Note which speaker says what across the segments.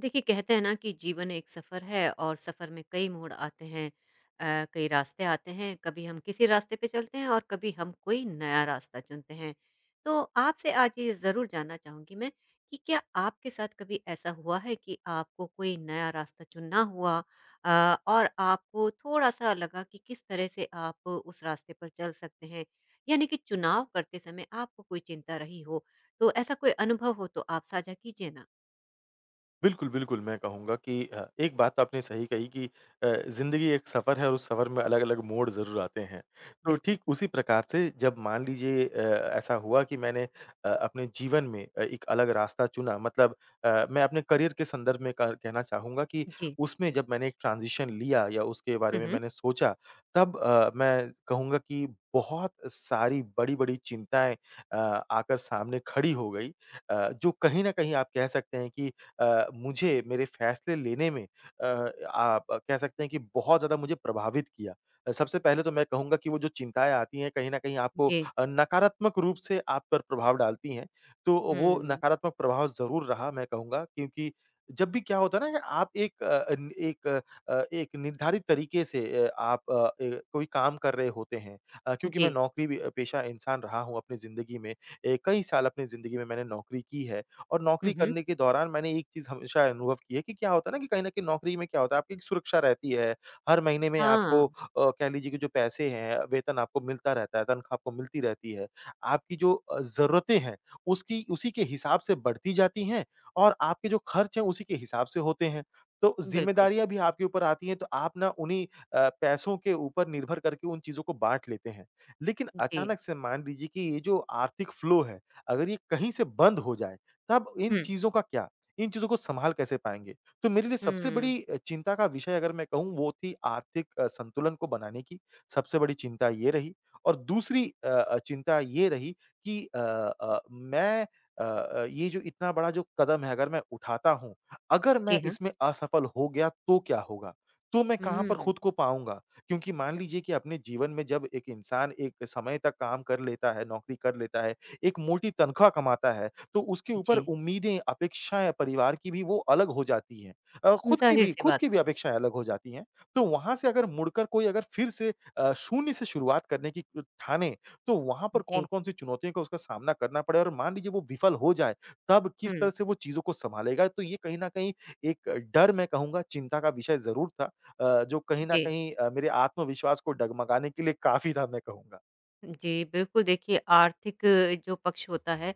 Speaker 1: देखिए कहते हैं ना कि जीवन एक सफ़र है और सफ़र में कई मोड़ आते हैं। कई रास्ते आते हैं। कभी हम किसी रास्ते पे चलते हैं और कभी हम कोई नया रास्ता चुनते हैं। तो आपसे आज ये ज़रूर जानना चाहूँगी मैं कि क्या आपके साथ कभी ऐसा हुआ है कि आपको कोई नया रास्ता चुनना हुआ और आपको थोड़ा सा लगा कि किस तरह से आप उस रास्ते पर चल सकते हैं, यानी कि चुनाव करते समय आपको कोई चिंता रही हो। तो ऐसा कोई अनुभव हो तो आप साझा कीजिए ना।
Speaker 2: बिल्कुल, बिल्कुल, मैं कहूँगा कि एक बात तो आपने सही कही कि ज़िंदगी एक सफ़र है और उस सफ़र में अलग-अलग मोड़ ज़रूर आते हैं। तो
Speaker 1: बिल्कुल।
Speaker 2: ठीक उसी प्रकार से जब मान लीजिए ऐसा हुआ कि मैंने अपने जीवन में एक अलग रास्ता चुना मतलब मैं अपने करियर के संदर्भ में क कहना चाहूँगा कि
Speaker 1: जी।
Speaker 2: उसमें जब मैंने एक ट्रांज़िशन लिया या उसके बारे
Speaker 1: हुँ,
Speaker 2: में
Speaker 1: हुँ।
Speaker 2: मैंने सोचा, तब मैं कहूँगा कि बहुत सारी बड़ी-बड़ी चिंताएँ अ, आकर सामने खड़ी हो गई जो कहीं न कहीं आप कह सकते हैं कि मुझे मेरे फ़ैसले लेने में आप कह सकते हैं कि बहुत ज़्यादा मुझे प्रभावित किया। सबसे पहले तो मैं कहूँगा कि वो जो चिंताएँ आती हैं कहीं न कहीं आपको
Speaker 1: जी।
Speaker 2: नकारात्मक रूप से आप पर प्रभाव डालती हैं, तो वो
Speaker 1: हुँ,
Speaker 2: नकारात्मक प्रभाव ज़रूर रहा मैं कहूँगा क्योंकि जब भी क्या होता है ना कि आप एक एक निर्धारित तरीके से आप अ, ए कोई काम कर रहे होते हैं क्योंकि मैं
Speaker 1: जी।
Speaker 2: नौकरी भी पेशा इंसान रहा हूँ अपनी ज़िंदगी में। कई साल अपनी ज़िंदगी में मैंने नौकरी की है और नौकरी
Speaker 1: हुँ, हुँ।
Speaker 2: करने के दौरान मैंने एक चीज़ हमेशा अनुभव की है कि क्या होता है ना कि कहीं न कहीं नौकरी में क्या होता है, आपकी एक सुरक्षा रहती है। हर महीने में
Speaker 1: हाँ,
Speaker 2: आपको कह लीजिए कि जो पैसे हैं, वेतन आपको मिलता रहता है, तनख्वाह आपको मिलती रहती है। आपकी जो ज़रूरतें हैं, उसकी उसी के हिसाब से बढ़ती जाती हैं और आपके जो खर्च हैं, उसी के हिसाब से होते हैं। तो
Speaker 1: बिल्कुल।
Speaker 2: ज़िम्मेदारियाँ भी आपके ऊपर आती हैं, तो आप ना उन्हीं पैसों के ऊपर निर्भर करके उन चीज़ों को बाँट लेते हैं। लेकिन
Speaker 1: जी।
Speaker 2: अचानक से मान लीजिए कि ये जो आर्थिक फ्लो है, अगर ये कहीं से बंद हो जाए तब इन
Speaker 1: हुँ,
Speaker 2: चीज़ों का क्या? इन चीज़ों को सँभाल कैसे पाएँगे? तो मेरे लिए सबसे
Speaker 1: हुँ।
Speaker 2: बड़ी चिंता का विषय अगर मैं कहूँ वो थी आर्थिक संतुलन को बनाने की, सबसे बड़ी चिंता ये रही और दूसरी चिंता ये रही कि मैं ये जो इतना बड़ा जो कदम है अगर मैं उठाता हूँ, अगर मैं
Speaker 1: जी हाँ।
Speaker 2: इसमें असफल हो गया तो क्या होगा? तो मैं कहाँ पर
Speaker 1: हुँ,
Speaker 2: खुद को पाऊँगा? क्योंकि मान लीजिए कि अपने जीवन में जब एक इंसान एक समय तक काम कर लेता है, नौकरी कर लेता है, एक मोटी तनख्वाह कमाता है तो उसके ऊपर
Speaker 1: जी।
Speaker 2: उम्मीदें, अपेक्षाएँ परिवार की भी वो अलग हो जाती हैं। खुद की भी
Speaker 1: ज़ाहिर-सी बात है।
Speaker 2: अपेक्षाएँ अलग हो जाती हैं। तो वहाँ से अगर मुड़कर कोई अगर फिर से शून्य से शुरुआत करने की ठाने, तो वहाँ पर
Speaker 1: जी।
Speaker 2: कौन-कौन सी चुनौतियों का उसका सामना करना पड़े और मान लीजिए वो विफल हो जाए, तब किस तरह
Speaker 1: हुँ,
Speaker 2: से वो चीज़ों को सँभालेगा? तो ये कहीं न कहीं एक डर मैं कहूँगा चिंता का विषय ज़रूर था जो कहीं न
Speaker 1: जी।
Speaker 2: कहीं मेरे आत्मविश्वास को डगमगाने के लिए काफ़ी था मैं कहूँगा।
Speaker 1: जी, बिल्कुल। देखिए आर्थिक जो पक्ष होता है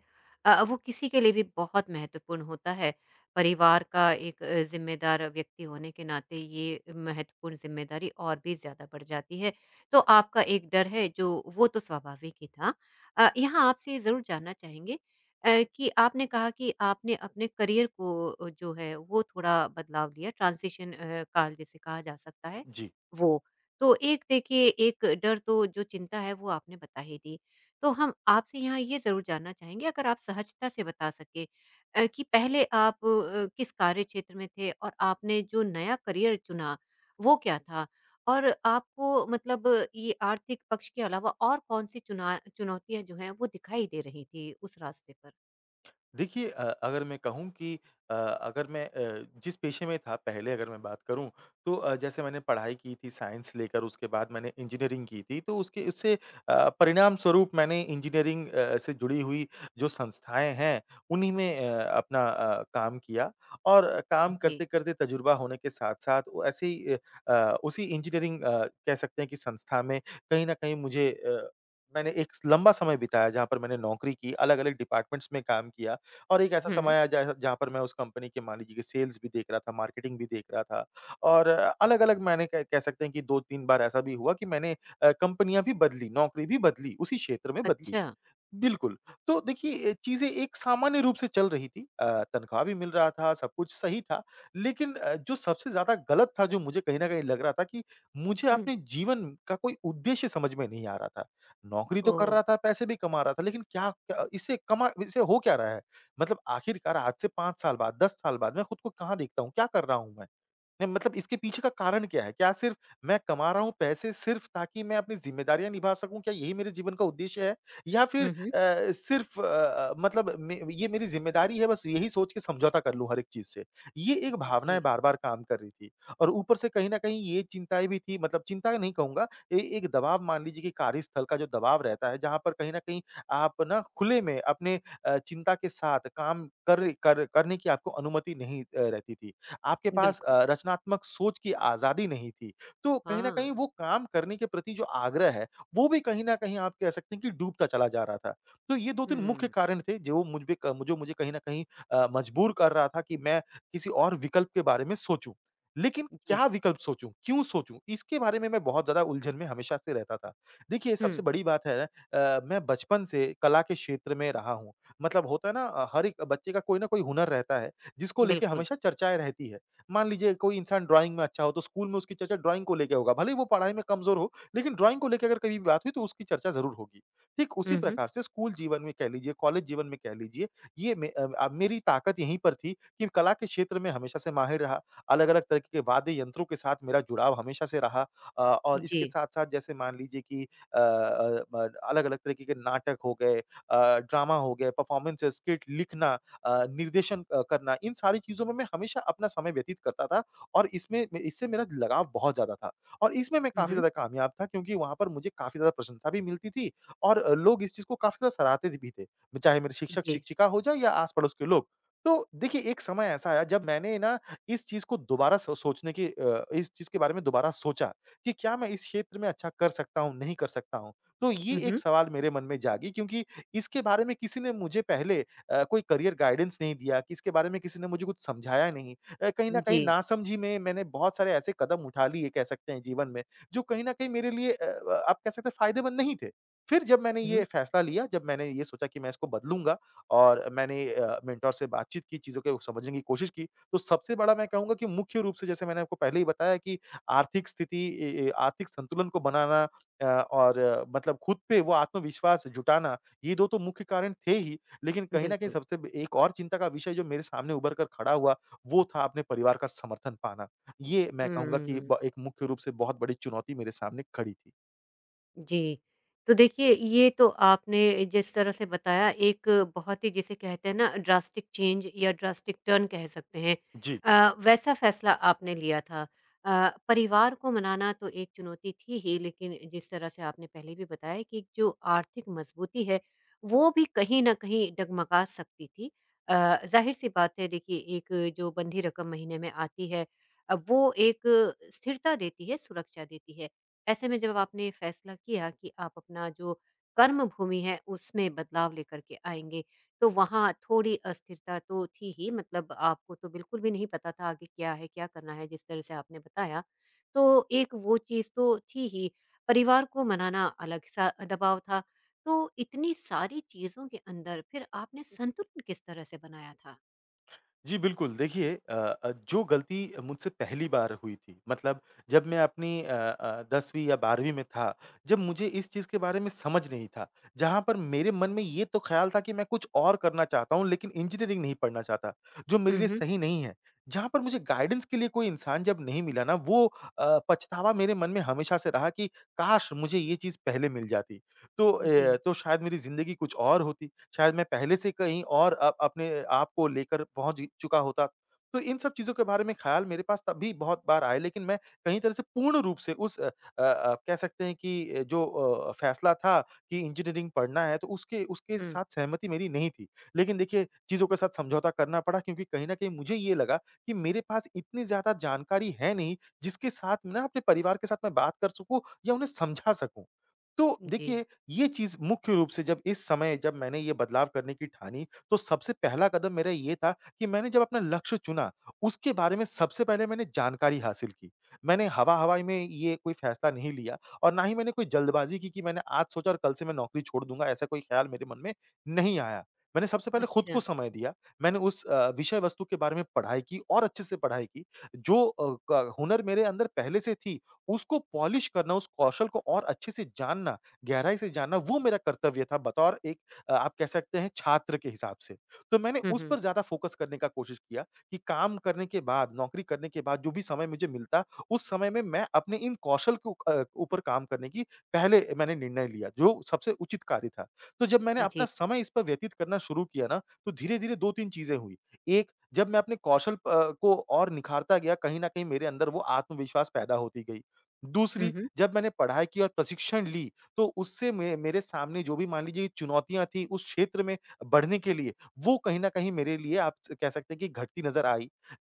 Speaker 1: वो किसी के लिए भी बहुत महत्वपूर्ण होता है। परिवार का एक ज़िम्मेदार व्यक्ति होने के नाते ये महत्वपूर्ण ज़िम्मेदारी और भी ज़्यादा बढ़ जाती है। तो आपका एक डर है जो वो तो स्वाभाविक ही था। यहाँ आपसे ये ज़रूर जानना चाहेंगे कि आपने कहा कि आपने अपने करियर को जो है वो थोड़ा बदलाव लिया, ट्रांज़िशन काल जिसे कहा जा सकता है,
Speaker 2: जी।
Speaker 1: वो। तो एक देखिए एक डर तो जो चिंता है वो आपने बता ही दी। तो हम आपसे यहाँ ये ज़रूर जानना चाहेंगे, अगर आप सहजता से बता सके कि पहले आप किस कार्य क्षेत्र में थे और आपने जो नया करियर चुना वो क्या था? और आपको मतलब ये आर्थिक पक्ष के अलावा और कौन-सी चुना चुनौतियाँ जो हैं वो दिखाई दे रही थी उस रास्ते पर?
Speaker 2: देखिए अगर मैं कहूँ कि अगर मैं जिस पेशे में था पहले अगर मैं बात करूँ तो जैसे मैंने पढ़ाई की थी साइंस लेकर उसके बाद मैंने इंजीनियरिंग की थी तो उसके उससे परिणाम स्वरूप मैंने इंजीनियरिंग से जुड़ी हुई जो संस्थाएं हैं उन्हीं में अपना काम किया और काम
Speaker 1: जी।
Speaker 2: करते करते तजुर्बा होने के साथ साथ वो ऐसे ही उसी इंजीनियरिंग कह सकते हैं कि संस्था में कहीं ना कहीं मैंने एक लंबा समय बिताया जहाँ पर मैंने नौकरी की अलग अलग डिपार्टमेंट्स में काम किया और एक ऐसा समय
Speaker 1: हुँ।
Speaker 2: आया जहाँ जहाँ पर मैं उस कंपनी के मान लीजिए कि सेल्स भी देख रहा था, मार्केटिंग भी देख रहा था और अलग-अलग मैंने कह कह सकते हैं कि 2-3 बार ऐसा भी हुआ कि मैंने कंपनियाँ भी बदली, नौकरी भी बदली, उसी क्षेत्र में बदली।
Speaker 1: अच्छा।
Speaker 2: बिल्कुल। तो देखिए, चीज़ें एक सामान्य रूप से चल रही थी, तनख्वाह भी मिल रहा था, सब कुछ सही था। लेकिन जो सबसे ज़्यादा गलत था, जो मुझे कहीं न कहीं लग रहा था कि मुझे
Speaker 1: हुँ।
Speaker 2: अपने जीवन का कोई उद्देश्य समझ में नहीं आ रहा था। नौकरी तो कर
Speaker 1: ओह!
Speaker 2: रहा था, पैसे भी कमा रहा था, लेकिन क्या क्या इससे हो क्या रहा है? मतलब आखिरकार आज से 5 साल बाद, 10 साल बाद मैं खुद को कहाँ देखता हूँ? क्या कर रहा हूँ मैं? नहीं मतलब इसके पीछे का कारण क्या है? क्या सिर्फ़ मैं कमा रहा हूँ पैसे सिर्फ़ ताकि मैं अपनी ज़िम्मेदारियाँ निभा सकूँ, क्या यही मेरे जीवन का उद्देश्य है? या फिर
Speaker 1: हुँ, हुँ।
Speaker 2: सिर्फ़ मतलब मे ये मेरी ज़िम्मेदारी है बस यही सोच के समझौता कर लूँ हर एक चीज़ से। ये एक भावनाएँ
Speaker 1: जी,
Speaker 2: बार-बार काम कर रही थी और ऊपर से कहीं न कहीं ये चिंताएँ भी थी मतलब चिंता नहीं कहूँगा ए एक दबाव मान लीजिए कि कार्यस्थल का जो दबाव रहता है जहाँ पर कहीं न कहीं आप ना खुले में अपने चिंता के साथ काम कर कर करने की आपको अनुमति नहीं रहती थी। आपके पास
Speaker 1: बिल्कुल।
Speaker 2: रचनात्मक सोच की आज़ादी नहीं थी। तो कहीं न कहीं
Speaker 1: हाँ।
Speaker 2: वो काम करने के प्रति जो आग्रह है, वो भी कहीं न कहीं आप कह सकते हैं कि डूबता चला जा रहा था। तो ये 2-3 मुख्य
Speaker 1: हुँ।
Speaker 2: कारण थे जो मुझ पे क जो मुझे कहीं न कहीं मजबूर कर रहा था कि मैं किसी और विकल्प के बारे में सोचूँ। लेकिन
Speaker 1: जी।
Speaker 2: क्या विकल्प सोचूँ? क्यों सोचूँ? इसके बारे में मैं बहुत ज़्यादा उलझन में हमेशा से रहता था। देखिए सबसे
Speaker 1: हुँ,
Speaker 2: बड़ी बात है मैं बचपन से कला के क्षेत्र में रहा हूँ। मतलब होता है ना हर एक बच्चे का कोई न कोई हुनर रहता है। जिसको लेके
Speaker 1: बिल्कुल।
Speaker 2: हमेशा चर्चाएँ रहती है। मान लीजिए कोई इंसान ड्राइंग में अच्छा हो तो स्कूल में उसकी चर्चा ड्राइंग को लेके होगा, भले ही वो पढ़ाई में कमज़ोर हो, लेकिन ड्राइंग को लेके अगर कभी भी बात हुई तो उसकी चर्चा ज़रूर होगी। ठीक उसी
Speaker 1: हुँ, हुँ।
Speaker 2: प्रकार से स्कूल जीवन में कह लीजिए, कॉलेज जीवन में कह लीजिए, ये मे अ, अ, मेरी ताकत यहीं पर थी कि कला के क्षेत्र में हमेशा से माहिर रहा, अलग-अलग तरह के वाद्य यंत्रों के साथ मेरा जुड़ाव हमेशा से रहा। और
Speaker 1: जी।
Speaker 2: इसके साथ-साथ जैसे मान लीजिए कि अ अ, ब अलग-अलग तरीके के नाटक हो गए, ड्रामा हो गए, परफ़ॉर्मेंसेस, स्किट लिखना, निर्देशन करना, इन सारी चीज़ों में मैं हमेशा अपना समय व्यतीत करता था और इसमें में इससे मेरा लगाव बहुत ज़्यादा था और इसमें मैं
Speaker 1: हुँ,
Speaker 2: काफ़ी
Speaker 1: हुँ।
Speaker 2: ज़्यादा कामयाब था क्योंकि वहाँ पर मुझे काफ़ी ज़्यादा प्रशंसा भी मिलती थी और लोग इस चीज़ को काफ़ी ज़्यादा सराहते भी थे, चाहे मेरे
Speaker 1: जी।
Speaker 2: शिक्षक-शिक्षिका हो जाए या आस-पड़ोस के लोग। तो देखिए, एक समय ऐसा आया जब मैंने ना इस चीज़ को दोबारा सोचने की, इस चीज़ के बारे में दोबारा सोचा कि क्या मैं इस क्षेत्र में अच्छा कर सकता हूँ, नहीं कर सकता हूँ? तो ये
Speaker 1: हुँ,
Speaker 2: एक
Speaker 1: हुँ।
Speaker 2: सवाल मेरे मन में जागी क्योंकि इसके बारे में किसी ने मुझे पहले कोई करियर गाइडेंस नहीं दिया, कि इसके बारे में किसी ने मुझे कुछ समझाया नहीं। कहीं न कहीं
Speaker 1: जी।
Speaker 2: नासमझी में मैंने बहुत सारे ऐसे कदम उठा लिए कह सकते हैं जीवन में, जो कहीं न कहीं मेरे लिए आप कह सकते हैं फ़ायदेमंद नहीं थे। फिर जब मैंने ये
Speaker 1: हुँ,
Speaker 2: फैसला लिया, जब मैंने ये सोचा कि मैं इसको बदलूँगा और मैंने मेंटर से बातचीत की, चीज़ों को समझने की कोशिश की, तो सबसे बड़ा मैं कहूँगा कि मुख्य रूप से जैसे मैंने आपको पहले ही बताया कि आर्थिक स्थिति ए ए आर्थिक संतुलन को बनाना और मतलब खुद पे वो आत्मविश्वास जुटाना, ये 2 तो मुख्य कारण थे ही। लेकिन कहीं न कहीं
Speaker 1: बिल्कुल।
Speaker 2: सबसे ब एक और चिंता का विषय जो मेरे सामने उभर कर खड़ा हुआ, वो था अपने परिवार का समर्थन पाना। ये मैं कहूँगा कि
Speaker 1: हुँ।
Speaker 2: ब एक मुख्य रूप से बहुत बड़ी चुनौती मेरे सामने खड़ी थी।
Speaker 1: जी। तो देखिए, ये तो आपने जिस तरह से बताया, एक बहुत ही जिसे कहते हैं ना ड्रास्टिक चेंज या ड्रास्टिक टर्न कह सकते हैं।
Speaker 2: जी।
Speaker 1: वैसा फ़ैसला आपने लिया था। परिवार को मनाना तो एक चुनौती थी ही, लेकिन जिस तरह से आपने पहले भी बताया कि जो आर्थिक मजबूती है, वो भी कहीं न कहीं डगमगा सकती थी। अ, ज़ाहिर-सी बात है, देखिए एक जो बंधी रकम महीने में आती है, अब वो एक स्थिरता देती है, सुरक्षा देती है। ऐसे में जब आपने फैसला किया कि आप अपना जो कर्म भूमि है उसमें बदलाव लेकर के आएँगे, तो वहाँ थोड़ी अस्थिरता तो थी ही, मतलब आपको तो बिल्कुल भी नहीं पता था आगे क्या है, क्या करना है जिस तरह से आपने बताया। तो एक वो चीज़ तो थी ही, परिवार को मनाना अलग-सा दबाव था। तो इतनी सारी चीज़ों के अंदर फिर आपने संतुलन किस तरह से बनाया था?
Speaker 2: जी, बिल्कुल। देखिए जो गलती मुझसे पहली बार हुई थी, मतलब जब मैं अपनी 10वीं या 12वीं में था, जब मुझे इस चीज़ के बारे में समझ नहीं था, जहाँ पर मेरे मन में ये तो ख़्याल था कि मैं कुछ और करना चाहता हूँ, लेकिन इंजीनियरिंग नहीं पढ़ना चाहता, जो मेरे
Speaker 1: हुँ,
Speaker 2: लिए
Speaker 1: हुँ।
Speaker 2: सही नहीं है। जहाँ पर मुझे गाइडेंस के लिए कोई इंसान जब नहीं मिला ना, वो पछतावा मेरे मन में हमेशा से रहा कि काश! मुझे ये चीज़ पहले मिल जाती, तो
Speaker 1: जी।
Speaker 2: ए तो शायद मेरी ज़िंदगी कुछ और होती। शायद मैं पहले से कहीं और अपने आप को लेकर पहुँच चुका होता। तो इन सब चीज़ों के बारे में ख़्याल मेरे पास तब भी बहुत बार आए, लेकिन मैं कहीं तरह से पूर्ण रूप से उस कह सकते हैं कि जो फ़ैसला था कि इंजीनियरिंग पढ़ना है, तो उसके उसके
Speaker 1: हुँ,
Speaker 2: साथ सहमति मेरी नहीं थी। लेकिन देखिए, चीज़ों के साथ समझौता करना पड़ा, क्योंकि कहीं न कहीं मुझे ये लगा कि मेरे पास इतनी ज़्यादा जानकारी है नहीं, जिसके साथ मैं ना अपने परिवार के साथ मैं बात कर सकूँ या उन्हें समझा सकूँ। तो
Speaker 1: जी।
Speaker 2: देखिए, ये चीज़ मुख्य रूप से जब इस समय जब मैंने ये बदलाव करने की ठानी, तो सबसे पहला कदम मेरा ये था कि मैंने जब अपना लक्ष्य चुना, उसके बारे में सबसे पहले मैंने जानकारी हासिल की। मैंने हवा-हवाई में ये कोई फैसला नहीं लिया और ना ही मैंने कोई जल्दबाज़ी की कि मैंने आज सोचा और कल से मैं नौकरी छोड़ दूँगा, ऐसा कोई ख़्याल मेरे मन में नहीं आया। मैंने सबसे पहले खुद को
Speaker 1: अच्छा।
Speaker 2: समय दिया, मैंने उस विषय वस्तु के बारे में पढ़ाई की और अच्छे से पढ़ाई की। जो अ, क हुनर मेरे अंदर पहले से थी, उसको पॉलिश करना, उस कौशल को और अच्छे से जानना, गहराई से जानना वो मेरा कर्तव्य था, बतौर एक आप कह सकते हैं छात्र के हिसाब से। तो मैंने
Speaker 1: हुँ,
Speaker 2: उस
Speaker 1: हुँ।
Speaker 2: पर ज़्यादा फ़ोकस करने का कोशिश किया कि काम करने के बाद, नौकरी करने के बाद, जो भी समय मुझे मिलता, उस समय में मैं अपने इन कौशल को ऊपर काम करने की पहले मैंने निर्णय लिया, जो सबसे उचित कार्य था। तो जब मैंने अपना
Speaker 1: जी।
Speaker 2: समय इस पर व्यतीत करना शुरू किया ना, तो धीरे-धीरे 2-3 चीज़ें हुई। एक, जब मैं अपने कौशल प को और निखारता गया, कहीं न कहीं मेरे अंदर वो आत्मविश्वास पैदा होती गई।
Speaker 1: हुँ,
Speaker 2: दूसरी,
Speaker 1: हुँ।
Speaker 2: जब मैंने पढ़ाई की और प्रशिक्षण ली, तो उससे मे मेरे सामने जो भी मान लीजिए चुनौतियाँ थी उस क्षेत्र में बढ़ने के लिए, वो कहीं न कहीं मेरे लिए आप स कह सकते हैं कि घटती नज़र आई।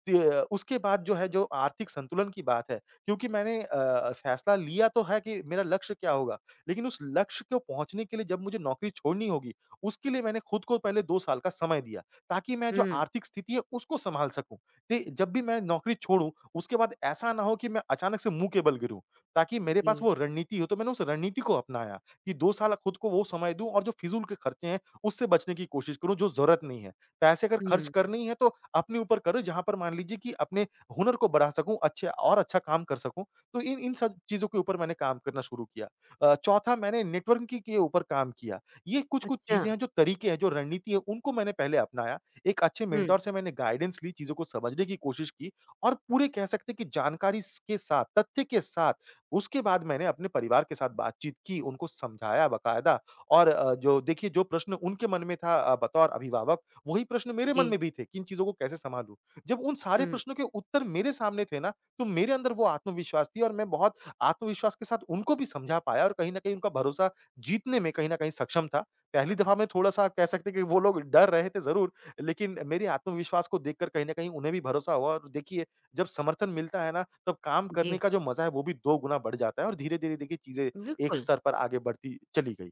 Speaker 2: त्य उसके बाद जो है, जो आर्थिक संतुलन की बात है, क्योंकि मैंने फैसला लिया तो है कि मेरा लक्ष्य क्या होगा, लेकिन उस लक्ष्य को पहुँचने के लिए जब मुझे नौकरी छोड़नी होगी, उसके लिए मैंने खुद को पहले 2 साल का समय दिया, ताकि मैं जो
Speaker 1: हुँ,
Speaker 2: आर्थिक स्थिति है उसको सँभाल सकूँ। ते जब भी मैं नौकरी छोड़ूँ, उसके बाद ऐसा ना हो कि मैं अचानक से मुँह के बल गिरूँ। ताकि मेरे
Speaker 1: जी।
Speaker 2: पास वो रणनीति हो, तो मैंने उस रणनीति को अपनाया कि 2 साल खुद को वो समय दूँ और जो फ़िज़ूल के खर्चे हैं, उससे बचने की कोशिश करूँ जो ज़रूरत नहीं है। पैसे अगर खर्च
Speaker 1: हुँ।
Speaker 2: करने ही हैं तो अपने ऊपर करो, जहाँ पर मान लीजिए कि अपने हुनर को बढ़ा सकूँ, अच्छे और अच्छा काम कर सकूँ, तो इन इन सब चीज़ों के ऊपर मैंने काम करना शुरू किया। चौथा, मैंने नेटवर्किंग के ऊपर काम किया। ये कुछ-कुछ
Speaker 1: अच्छा।
Speaker 2: चीज़ें हैं जो तरीके हैं, जो रणनीति है, उनको मैंने पहले अपनाया। एक अच्छे
Speaker 1: हुँ,
Speaker 2: मेंटर से मैंने गाइडेंस ली, चीज़ों को समझने की कोशिश की और पूरे कह सकते हैं कि जानकारी स के साथ, तथ्य के साथ उसके बाद मैंने अपने परिवार के साथ बातचीत की, उनको समझाया बकायदा। और जो देखिए, जो प्रश्न उनके मन में था बतौर अभिभावक, वही प्रश्न मेरे मन
Speaker 1: जी।
Speaker 2: में भी थे कि इन चीज़ों को कैसे सँभालूँ? जब उन सारे
Speaker 1: हुँ,
Speaker 2: प्रश्नों के उत्तर मेरे सामने थे ना, तो मेरे अंदर वो आत्मविश्वास थी और मैं बहुत आत्मविश्वास के साथ उनको भी समझा पाया और कहीं न कहीं उनका भरोसा जीतने में कहीं न कहीं सक्षम था। पहली दफ़ा में थोड़ा-सा कह सकते हैं कि वो लोग डर रहे थे ज़रूर, लेकिन मेरे आत्मविश्वास को देखकर कहीं न कहीं उन्हें भी भरोसा हुआ। और देखिए, जब समर्थन मिलता है ना, तब काम करने
Speaker 1: जी,
Speaker 2: का जो मज़ा है, वो भी 2 गुना बढ़ जाता है और धीरे-धीरे देखिए चीज़ें एक
Speaker 1: बिल्कुल।
Speaker 2: स्तर पर आगे बढ़ती चली गई।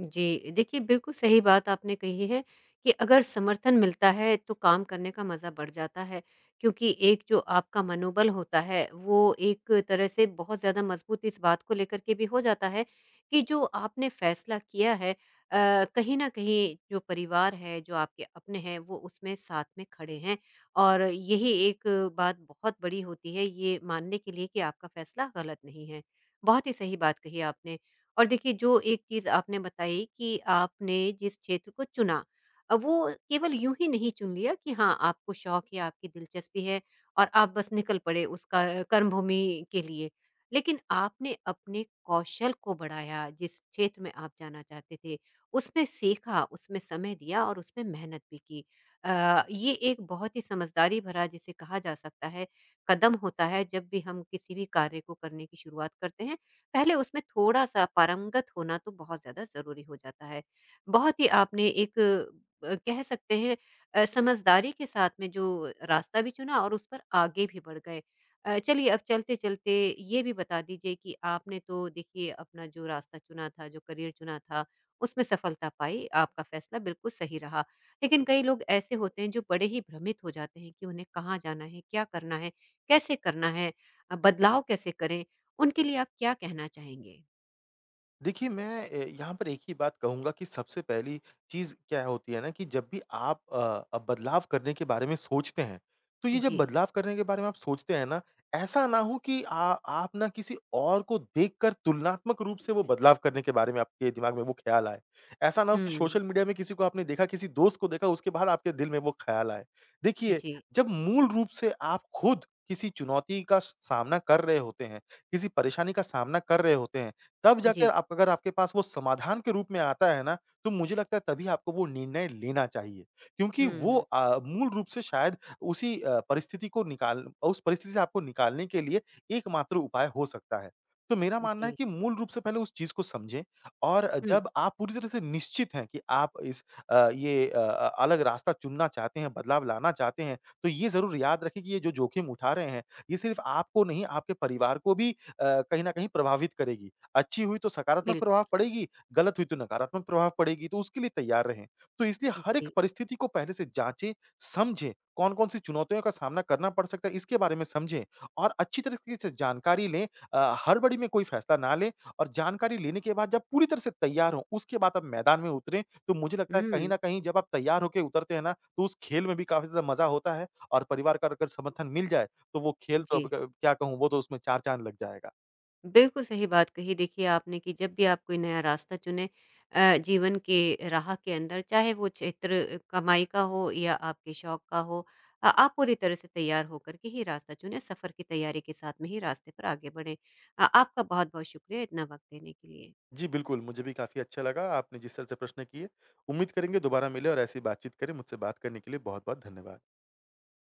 Speaker 1: जी, देखिए बिल्कुल सही बात आपने कही है कि अगर समर्थन मिलता है तो काम करने का मज़ा बढ़ जाता है, क्योंकि एक जो आपका मनोबल होता है वो एक तरह से बहुत ज़्यादा मज़बूत इस बात को लेकर के भी हो जाता है कि जो आपने फ़ैसला किया है, कहीं न कहीं जो परिवार है, जो आपके अपने हैं वो उसमें साथ में खड़े हैं और यही एक बात बहुत बड़ी होती है ये मानने के लिए कि आपका फ़ैसला गलत नहीं है। बहुत ही सही बात कही आपने। और देखिए जो एक चीज़ आपने बताई कि आपने जिस क्षेत्र को चुना वो केवल यूं ही नहीं चुन लिया कि हाँ आपको शौक है, आपकी दिलचस्पी है और आप बस निकल पड़े उस कर्मभूमि के लिए, लेकिन आपने अपने कौशल को बढ़ाया, जिस क्षेत्र में आप जाना चाहते थे उसमें सीखा, उसमें समय दिया और उसमें मेहनत भी की। ये एक बहुत ही समझदारी भरा जिसे कहा जा सकता है कदम होता है। जब भी हम किसी भी कार्य को करने की शुरुआत करते हैं, पहले उसमें थोड़ा-सा पारंगत होना तो बहुत ज़्यादा ज़रूरी हो जाता है। बहुत ही आपने एक कह सकते हैं समझदारी के साथ में जो रास्ता भी चुना और उस पर आगे भी बढ़ गए। चलिए अब चलते-चलते ये भी बता दीजिए कि आपने तो देखिए अपना जो रास्ता चुना था, जो करियर चुना था, उसमें सफलता पाई, आपका फ़ैसला बिल्कुल सही रहा। लेकिन कई लोग ऐसे होते हैं जो बड़े ही भ्रमित हो जाते हैं कि उन्हें कहाँ जाना है, क्या करना है, कैसे करना है, बदलाव कैसे करें? उनके लिए आप क्या कहना चाहेंगे?
Speaker 2: देखिए, मैं यहाँ पर एक ही बात कहूँगा कि सबसे पहली चीज़ क्या होती है ना, कि जब भी आप बदलाव करने के बारे में सोचते हैं, तो ये जब
Speaker 1: जी।
Speaker 2: बदलाव करने के बारे में आप सोचते हैं ना, ऐसा ना हो कि आ आप ना किसी और को देखकर तुलनात्मक रूप से वो बदलाव करने के बारे में आपके दिमाग में वो ख़्याल आए। ऐसा ना हो कि
Speaker 1: हुँ,
Speaker 2: सोशल मीडिया में किसी को आपने देखा, किसी दोस्त को देखा, उसके बाद आपके दिल में वो ख़्याल आए। देखिए,
Speaker 1: जी,
Speaker 2: जब मूल रूप से आप खुद किसी चुनौती का सामना कर रहे होते हैं, किसी परेशानी का सामना कर रहे होते हैं, तब जाकर
Speaker 1: जी।
Speaker 2: आप अगर आपके पास वो समाधान के रूप में आता है ना, तो मुझे लगता है तभी आपको वो निर्णय लेना चाहिए। क्योंकि वो
Speaker 1: हुँ,
Speaker 2: मूल रूप से शायद उसी परिस्थिति को निकाल उस परिस्थिति से आपको निकालने के लिए एकमात्र उपाय हो सकता है। तो मेरा मानना है
Speaker 1: जी।
Speaker 2: कि मूल रूप से पहले उस चीज़ को समझें। और
Speaker 1: हुँ,
Speaker 2: जब आप पूरी तरह से निश्चित हैं कि आप ये अलग रास्ता चुनना चाहते हैं, बदलाव लाना चाहते हैं, तो ये ज़रूर याद रखें कि ये जो जोखिम उठा रहे हैं, ये सिर्फ़ आपको नहीं, आपके परिवार को भी कहीं न कहीं प्रभावित करेगी। अच्छी हुई तो सकारात्मक प्रभाव
Speaker 1: बिल्कुल।
Speaker 2: पड़ेगी, गलत हुई तो नकारात्मक प्रभाव पड़ेगी, तो उसके लिए तैयार रहें। तो इसलिए हर एक
Speaker 1: जी।
Speaker 2: परिस्थिति को पहले से जाँचें, समझें, कौन-कौन सी चुनौतियों का सामना करना पड़ सकता है, इसके बारे में समझें और अच्छी तरीके से जानकारी लें। हड़बड़ी में कोई फैसला ना लें और जानकारी लेने के बाद जब पूरी तरह से तैयार हों, उसके बाद आप मैदान में उतरें। तो मुझे लगता है कहीं
Speaker 1: हुँ,
Speaker 2: न कहीं जब आप तैयार होके उतरते हैं ना, तो उस खेल में भी काफ़ी ज़्यादा मज़ा होता है और परिवार का अगर समर्थन मिल जाए, तो वो खेल तो अब
Speaker 1: जी।
Speaker 2: क क्या कहूँ, वो तो उसमें चार चाँद लग जाएगा।
Speaker 1: बिल्कुल सही बात कही देखिए आपने कि जब भी आप कोई नया रास्ता चुनें जीवन के राह के अंदर, चाहे वो क्षेत्र कमाई का हो या आपके शौक का हो, आप पूरी तरह से तैयार होकर के ही रास्ता चुनें, सफ़र की तैयारी के साथ में ही रास्ते पर आगे बढ़ें। आपका बहुत-बहुत शुक्रिया इतना वक़्त देने के लिए।
Speaker 2: जी, बिल्कुल, मुझे भी काफ़ी अच्छा लगा आपने जिस तरह से प्रश्न किए। उम्मीद करेंगे दोबारा मिले और ऐसी बातचीत करें। मुझसे बात करने के लिए बहुत-बहुत धन्यवाद।